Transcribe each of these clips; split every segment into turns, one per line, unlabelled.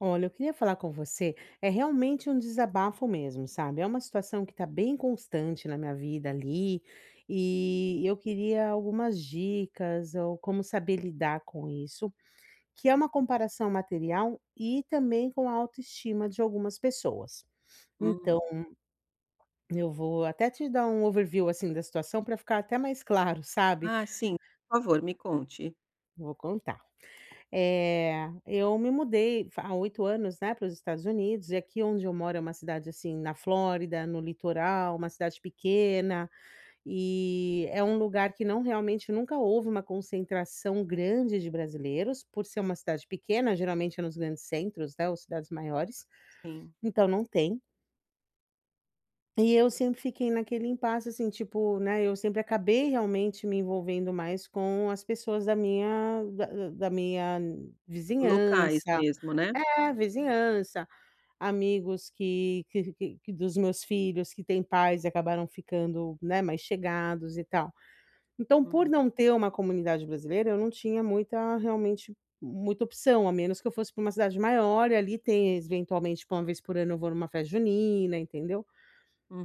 Olha, eu queria falar com você, é realmente um desabafo mesmo, sabe? É uma situação que tá bem constante na minha vida ali, e eu queria algumas dicas ou como saber lidar com isso, que é uma comparação material e também com a autoestima de algumas pessoas. Então,
Hum.
eu vou até te dar um overview assim da situação para ficar até mais claro, sabe?
Ah, sim, por favor, me conte.
Vou contar. Eu me mudei fa há 8 anos, né, para os Estados Unidos, e aqui onde eu moro é uma cidade, assim, na Flórida, no litoral, uma cidade pequena, e é um lugar que não realmente nunca houve uma concentração grande de brasileiros, por ser uma cidade pequena, geralmente é nos grandes centros, né, ou cidades maiores,
Sim.
então não tem. E eu sempre fiquei naquele impasse, assim, tipo, né, eu sempre acabei realmente me envolvendo mais com as pessoas da minha
Locais
vizinhança,
mesmo, né?
é, vizinhança, amigos que dos meus filhos que têm pais e acabaram ficando, né, mais chegados e tal. Então, por
Uhum,
não ter uma comunidade brasileira, eu não tinha muita realmente muita opção, a menos que eu fosse para uma cidade maior e ali tem eventualmente, tipo, uma vez por ano eu vou numa festa junina, entendeu.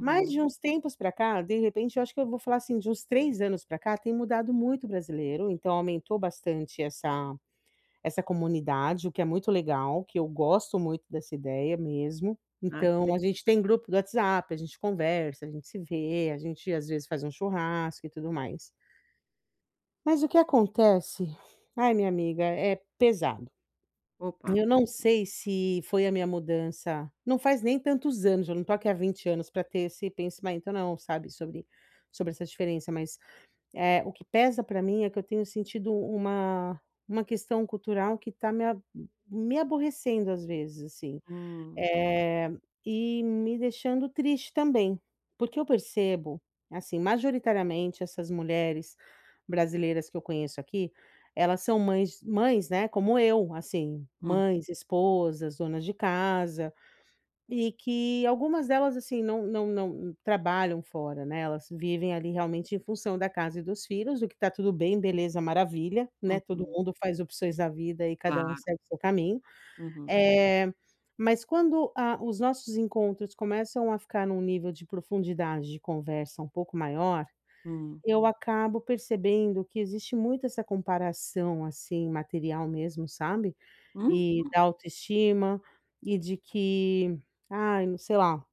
Mas de uns tempos pra cá, de repente, eu acho que eu vou falar assim, de uns 3 anos pra cá, tem mudado muito o brasileiro, então aumentou bastante essa comunidade, o que é muito legal, que eu gosto muito dessa ideia mesmo.
Ah, que le
Então a gente tem grupo do WhatsApp, a gente conversa, a gente se vê, a gente às vezes faz um churrasco e tudo mais. Mas o que acontece, ai minha amiga, é pesado.
opa,
Eu não
diga.
sei se foi a minha mudança não faz nem tantos anos, eu não tô aqui há 20 anos para ter esse pensamento não, sabe, sobre essa diferença, mas o que pesa para mim é que eu tenho sentido uma questão cultural que está me aborrecendo às vezes, assim,
Hum,
eh, e me deixando triste também, porque eu percebo, assim, majoritariamente essas mulheres brasileiras que eu conheço aqui, elas são mães mães, né, como eu, assim,
hum,
mães, esposas, donas de casa. E que algumas delas, assim, não trabalham fora, né, elas vivem ali realmente em função da casa e dos filhos, o que tá tudo bem, beleza, maravilha, né, todo
uhum.
mundo faz opções da vida e cada um
Claro.
segue o seu caminho.
Uhum,
é mas quando a os nossos encontros começam a ficar num nível de profundidade de conversa um pouco maior,
hum.
eu acabo percebendo que existe muito essa comparação, assim, material mesmo, sabe,
Hum?
e da autoestima e de que, ai, não sei lá,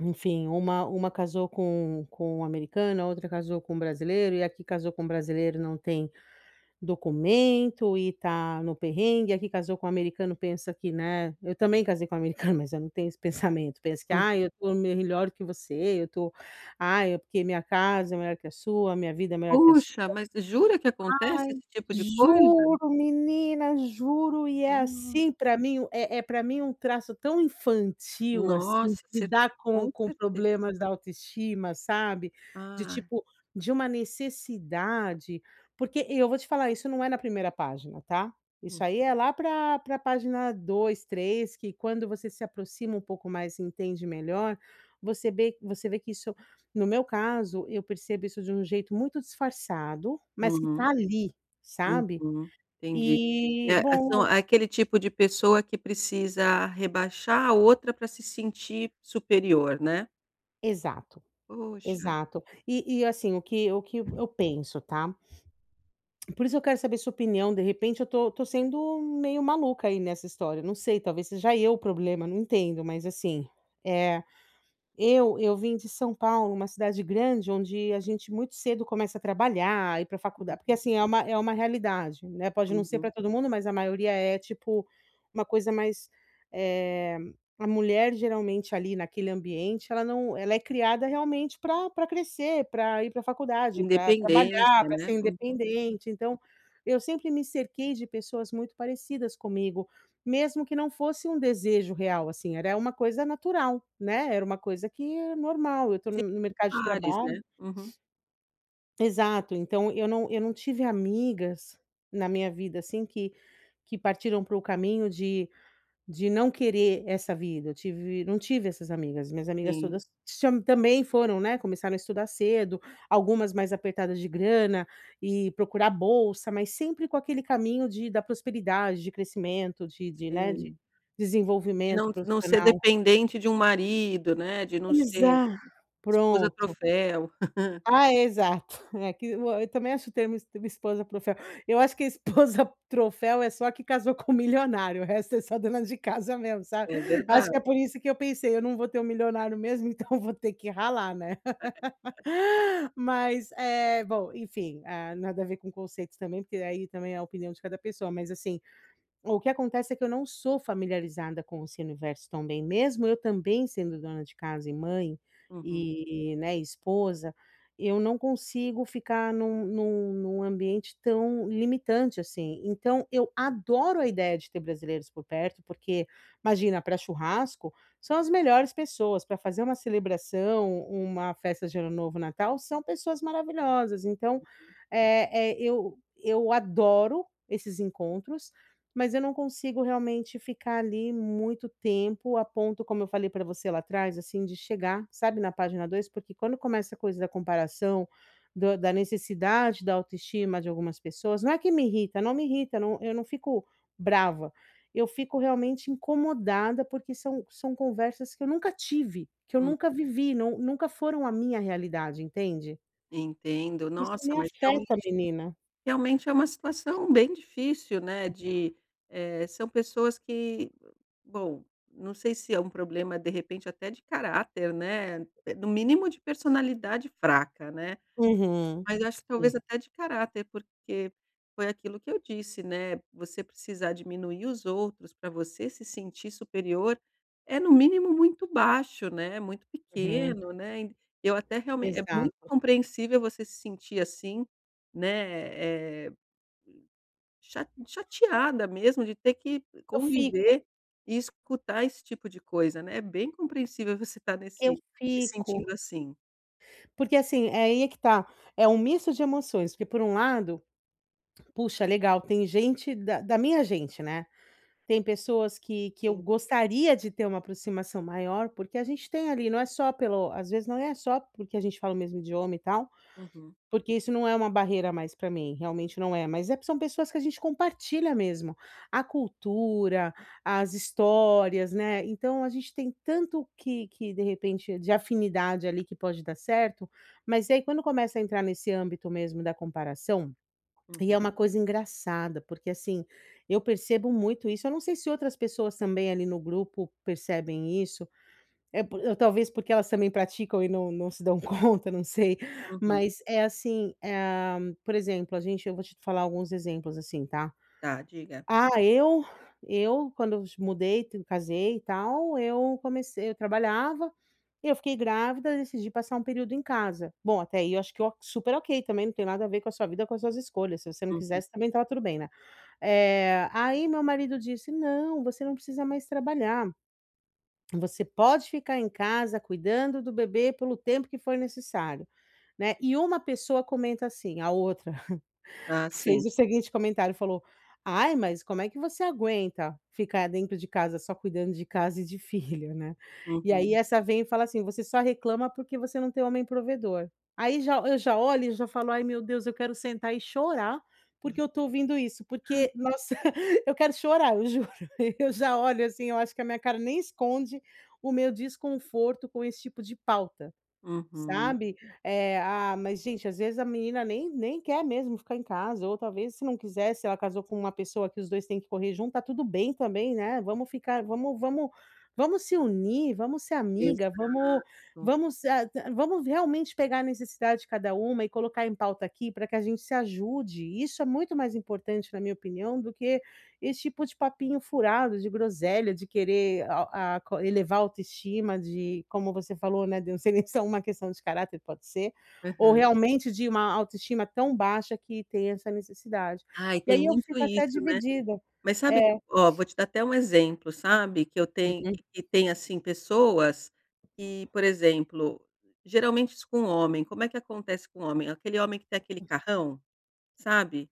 enfim, uma casou com um americano, a outra casou com um brasileiro e aqui casou com um brasileiro não tem documento e tá no perrengue, aqui casou com um americano pensa que, né, eu também casei com um americano, mas eu não tenho esse pensamento. Pensa que:
Uhum.
"Ai, eu tô melhor que você, eu tô, ai, é porque minha casa é melhor que a sua, minha vida é melhor que a".
Puxa, mas jura que acontece
Ai,
esse tipo de coisa?
juro menina, juro, e é
No
assim. Para mim é, pra mim, um traço tão infantil, assim, de
Nossa, cer
lidar
com
com
certeza.
problemas da autoestima, sabe, de
Ah.
tipo, de uma necessidade, porque eu vou te falar, isso não é na primeira página, tá,
Hum.
isso aí é lá para página 2, 3, que quando você se aproxima um pouco mais e entende melhor, você vê que isso, no meu caso, eu percebo isso de um jeito muito disfarçado, mas que tá
Uhum.
ali, sabe.
Uhum, entendi.
E
É a são
bom,
é aquele tipo de pessoa que precisa rebaixar a outra para se sentir superior, né.
exato,
Poxa.
exato. E assim, o que eu penso, tá. Por isso eu quero saber sua opinião, de repente eu tô sendo meio maluca aí nessa história, não sei, talvez seja eu o problema, não entendo, mas assim, eh eu vim de São Paulo, uma cidade grande, onde a gente muito cedo começa a trabalhar, ir para faculdade porque,
Uhum,
assim, é uma realidade, né, pode não ser
uhum.
para todo mundo, mas a maioria é, tipo, uma coisa mais, eh, a mulher geralmente ali naquele ambiente, ela não ela é criada realmente para pra crescer, para ir para faculdade, para trabalhar,
Independência,
para
né.
ser
Uhum.
independente, então, eu sempre me cerquei de pessoas muito parecidas comigo. Mesmo que não fosse um desejo real, assim, era uma coisa natural, né, era uma coisa que é normal, eu estou no
Sim,
no mercado de
pares,
trabalho,
né. Uhum.
exato, então eu não tive amigas na minha vida, assim, que partiram para o caminho de não querer essa vida, eu tive não tive essas amigas, minhas amigas
Sim,
todas cham também foram, né, começaram a estudar cedo, algumas mais apertadas de grana e procurar bolsa, mas sempre com aquele caminho de da prosperidade, de crescimento, de
sim. De
desenvolvimento
não ser
profissional.
dependente de um marido, né, de não
Exa
ser esposa
Pronto.
troféu.
Ah, é, exato. É que eu também acho o termo es esposa troféu. Eu acho que esposa troféu é só a que casou com milionário, o resto é só dona de casa mesmo, sabe.
É
Acho
verdade.
que é por isso que eu pensei: "Eu não vou ter um milionário mesmo, então vou ter que ralar, né". Mas, bom, enfim, ah, nada a ver com conceitos também, porque aí também é a opinião de cada pessoa, mas assim, o que acontece é que eu não sou familiarizada com esse universo tão bem, mesmo eu também sendo dona de casa e mãe,
Uhum,
e, né, esposa, eu não consigo ficar num ambiente tão limitante assim. Então eu adoro a ideia de ter brasileiros por perto, porque imagina, para churrasco, são as melhores pessoas, para fazer uma celebração, uma festa de Ano Novo, Natal, são pessoas maravilhosas. Então, eu adoro esses encontros, mas eu não consigo realmente ficar ali muito tempo, a ponto, como eu falei para você lá atrás, assim, de chegar, sabe, na página 2, porque quando começa a coisa da comparação, do da necessidade da autoestima de algumas pessoas, não é que me irrita, não me irrita, não, eu não fico brava, eu fico realmente incomodada, porque são conversas que eu nunca tive, que eu
hum.
nunca vivi, não nunca foram a minha realidade, entende?
Entendo.
Isso
Nossa,
me
mas
afeta,
realmente
menina.
Realmente é uma situação bem difícil, né, são pessoas que, bom, não sei se é um problema, de repente, até de caráter, né, no mínimo de personalidade fraca, né,
Uhum.
mas eu acho que
Sim.
talvez até de caráter, porque foi aquilo que eu disse, né, você precisar diminuir os outros para você se sentir superior é, no mínimo, muito baixo, né, muito
Uhum.
pequeno, né. Eu até Realmente é muito
Exato.
compreensível você se sentir assim, né, eh chateada mesmo de ter que
Eu fico
conviver e escutar esse tipo de coisa, né, é bem compreensível você estar
Eu
nesse se sentindo
fico,
assim.
porque assim, é aí é que tá, é um misto de emoções, porque por um lado, puxa legal, tem gente da minha gente, né, tem pessoas que eu
Sim.
gostaria de ter uma aproximação maior, porque a gente tem ali, não é só pelo, às vezes não é só porque a gente fala o mesmo idioma e tal,
Uhum,
porque isso não é uma barreira mais para mim, realmente não é, mas são pessoas que a gente compartilha mesmo, a cultura, as histórias, né, então a gente tem tanto que de repente de afinidade ali que pode dar certo, mas aí quando começa a entrar nesse âmbito mesmo da comparação, e é
uhum,
uma coisa engraçada, porque assim, eu percebo muito isso, eu não sei se outras pessoas também ali no grupo percebem isso, é por eu talvez porque elas também praticam e não se dão conta, não sei,
uhum.
mas é assim, por exemplo, a gente eu vou te falar alguns exemplos, assim, tá.
Tá, diga.
Ah, eu quando eu mudei, te casei e tal, eu trabalhava, e eu fiquei grávida, decidi passar um período em casa. Bom, até aí eu acho que o super ok também, não tem nada a ver com a sua vida, com as suas escolhas, se você não
Uhum.
quisesse também estava tudo bem, né. Aí meu marido disse: "Não, você não precisa mais trabalhar. Você pode ficar em casa cuidando do bebê pelo tempo que for necessário", né. E uma pessoa comenta assim, a outra
Ah, sim.
fez o seguinte comentário, falou: "Ai, mas como é que você aguenta ficar dentro de casa só cuidando de casa e de filho, né". E
Uhum,
aí essa vem e fala assim: "Você só reclama porque você não tem homem provedor". Aí já eu já olho e já falo: "Ai meu Deus, eu quero sentar e chorar, porque eu tô ouvindo isso", porque nossa, eu quero chorar, eu juro. Eu já olho assim, eu acho que a minha cara nem esconde o meu desconforto com esse tipo de pauta.
uhum.
Sabe? Mas gente, às vezes a menina nem quer mesmo ficar em casa, ou talvez se não quiser, se ela casou com uma pessoa que os 2 têm que correr junto, tá tudo bem também, né, vamos se unir, vamos ser amiga,
Exato.
vamos a vamos realmente pegar a necessidade de cada uma e colocar em pauta aqui para que a gente se ajude. Isso é muito mais importante, na minha opinião, do que esse tipo de papinho furado, de groselha, de querer elevar a autoestima, de como você falou, né, de não ser nem só uma questão de caráter, pode ser, ou
Aham.
realmente de uma autoestima tão baixa que tem essa necessidade.
Ai,
E
tem
aí eu
muito
fico até
isso, né.
dividida.
Mas sabe que
É.
ó, vou te dar até um exemplo, sabe, que eu tenho
Uhum.
que tem, assim, pessoas que, por exemplo, geralmente isso com um homem, como é que acontece com um homem? Aquele homem que tem aquele carrão, sabe?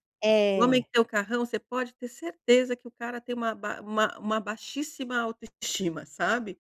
O homem que
É,
tem o carrão, você pode ter certeza que o cara tem uma ba uma baixíssima autoestima, sabe,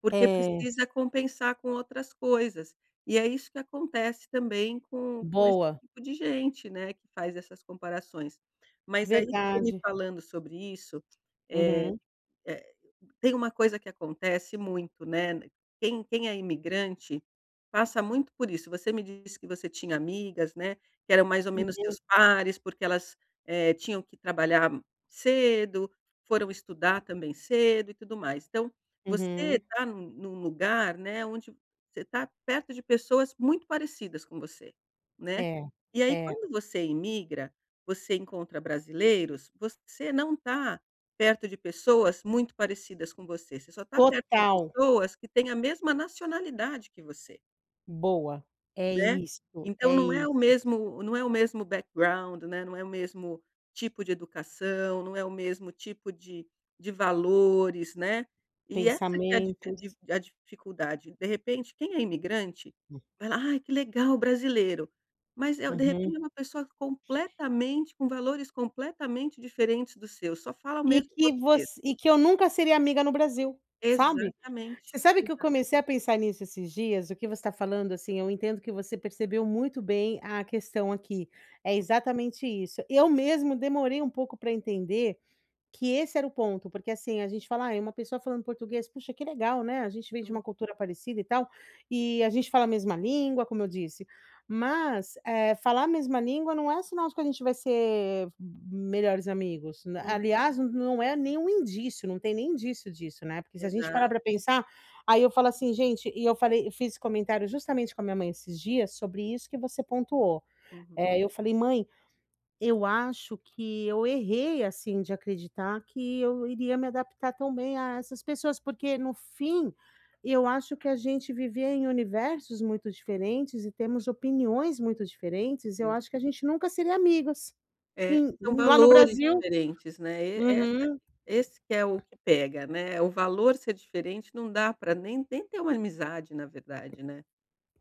porque
é.
precisa compensar com outras coisas. E é isso que acontece também com esse
Boa,
tipo de gente, né, que faz essas comparações. Mas aí você me
verdade.
falando sobre isso, eh
Uhum,
eh tem uma coisa que acontece muito, né, quem é imigrante passa muito por isso. Você me disse que você tinha amigas, né, que eram mais ou menos seus pares, porque elas, tinham que trabalhar cedo, foram estudar também cedo e tudo mais. Então, você
uhum.
está num lugar, né, onde você está perto de pessoas muito parecidas com você, né.
É,
E aí
é.
quando você imigra, você encontra brasileiros, você não está perto de pessoas muito parecidas com você, você só está perto de
Total.
pessoas que têm a mesma nacionalidade que você,
Boa. É
né.
isso,
Então
é
não é o
isso.
mesmo não é o mesmo background, né, não é o mesmo tipo de educação, não é o mesmo tipo de valores, né. E essa que é a dife
Pensamentos.
di a dificuldade, de repente quem é imigrante, vai lá: "Ai que legal, brasileiro", mas de
Uhum.
repente é uma pessoa completamente com valores completamente diferentes dos seus, só fala o
E
mesmo
que
português.
você e que eu nunca seria amiga no Brasil, sabe.
Exatamente.
Você sabe que eu
Exato.
comecei a pensar nisso esses dias, o que você está falando, assim, eu entendo que você percebeu muito bem a questão aqui, é exatamente isso. Eu mesmo demorei um pouco para entender que esse era o ponto, porque assim, a gente fala: "Ah, é uma pessoa falando português, puxa, que legal, né, a gente vem de uma cultura parecida e tal, e a gente fala a mesma língua", como eu disse. Mas, falar a mesma língua não é sinal de que a gente vai ser melhores amigos, n
Uhum.
aliás, n- não é nenhum indício, não tem nem indício disso, né, porque se a gente parar
Exato.
para pensar, aí eu falo assim: "Gente", e eu fiz esse comentário justamente com a minha mãe esses dias sobre isso que você pontuou.
Uhum.
Eu falei: "Mãe, eu acho que eu errei, assim, de acreditar que eu iria me adaptar tão bem a essas pessoas, porque no fim, eu acho que a gente vivia em universos muito diferentes e temos opiniões muito diferentes, eu acho
Exa
que a gente nunca seria amigas.
É,
Em
são
lá no
valores
Brasil".
diferentes, né, e essa
Uhum.
esse que é o que pega, né, o valor ser diferente não dá pra nem ter uma amizade, na verdade, né.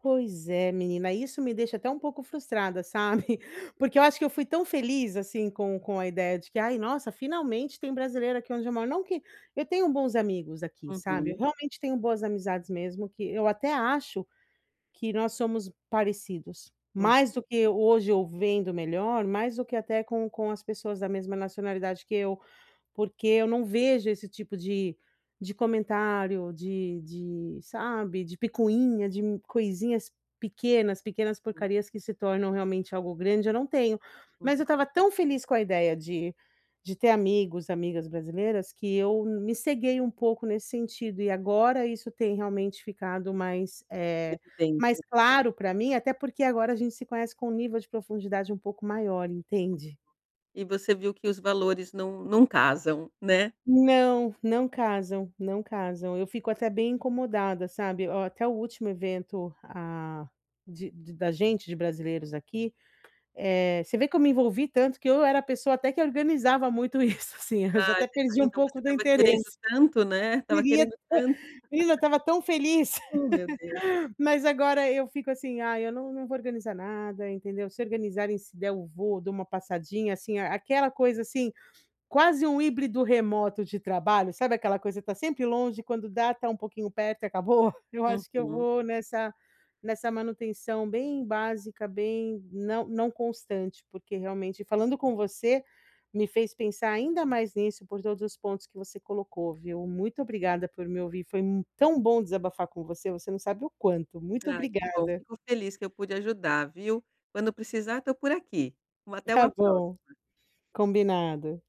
Pois é, menina, isso me deixa até um pouco frustrada, sabe? Porque eu acho que eu fui tão feliz, assim, com a ideia de que: "Ai, nossa, finalmente tem brasileiro aqui onde eu moro". Não que eu tenho bons amigos aqui, sabe? Eu
Uhum.
realmente tenho boas amizades mesmo, que eu até acho que nós somos parecidos,
Uhum.
mais do que hoje eu vendo melhor, mais do que até com as pessoas da mesma nacionalidade que eu. Porque eu não vejo esse tipo de comentário, de, sabe, de picuinha, de coisinhas pequenas, pequenas porcarias que se tornam realmente algo grande, eu não tenho. Mas eu
Uhum.
estava tão feliz com a ideia de ter amigos, amigas brasileiras, que eu me ceguei um pouco nesse sentido, e agora isso tem realmente ficado mais, mais
Evidente.
claro para mim, até porque agora a gente se conhece com um nível de profundidade um pouco maior, entende?
E você viu que os valores não casam, né.
Não, não casam, não casam. Eu fico até bem incomodada, sabe. Ó, até o último evento, ah, de da gente, de brasileiros aqui, você vê que eu me envolvi tanto que eu era a pessoa até que organizava muito isso, assim, eu já
Ah,
até
você tá
perdi um
então você
pouco do
estava querendo
interesse.
tanto, né, estava
Queria,
querendo tanto.
menina, eu estava tão feliz,
Oh, meu Deus.
mas agora eu fico assim: "Ah, eu não vou organizar nada", entendeu. Se organizarem, se der eu vou, dou uma passadinha, assim, aquela coisa assim. Quase um híbrido remoto de trabalho, sabe, aquela coisa, tá sempre longe, quando dá tá um pouquinho perto e acabou? Eu acho que eu
Uhum.
vou nessa nessa manutenção bem básica, bem não constante, porque realmente falando com você, me fez pensar ainda mais nisso por todos os pontos que você colocou, viu. Muito obrigada por me ouvir, foi mu tão bom desabafar com você, você não sabe o quanto. Muito
Ah, que bom,
obrigada.
fico feliz que eu pude ajudar, viu. Quando precisar, estou por aqui. Uma Até
Tá
uma próxima.
bom, combinado.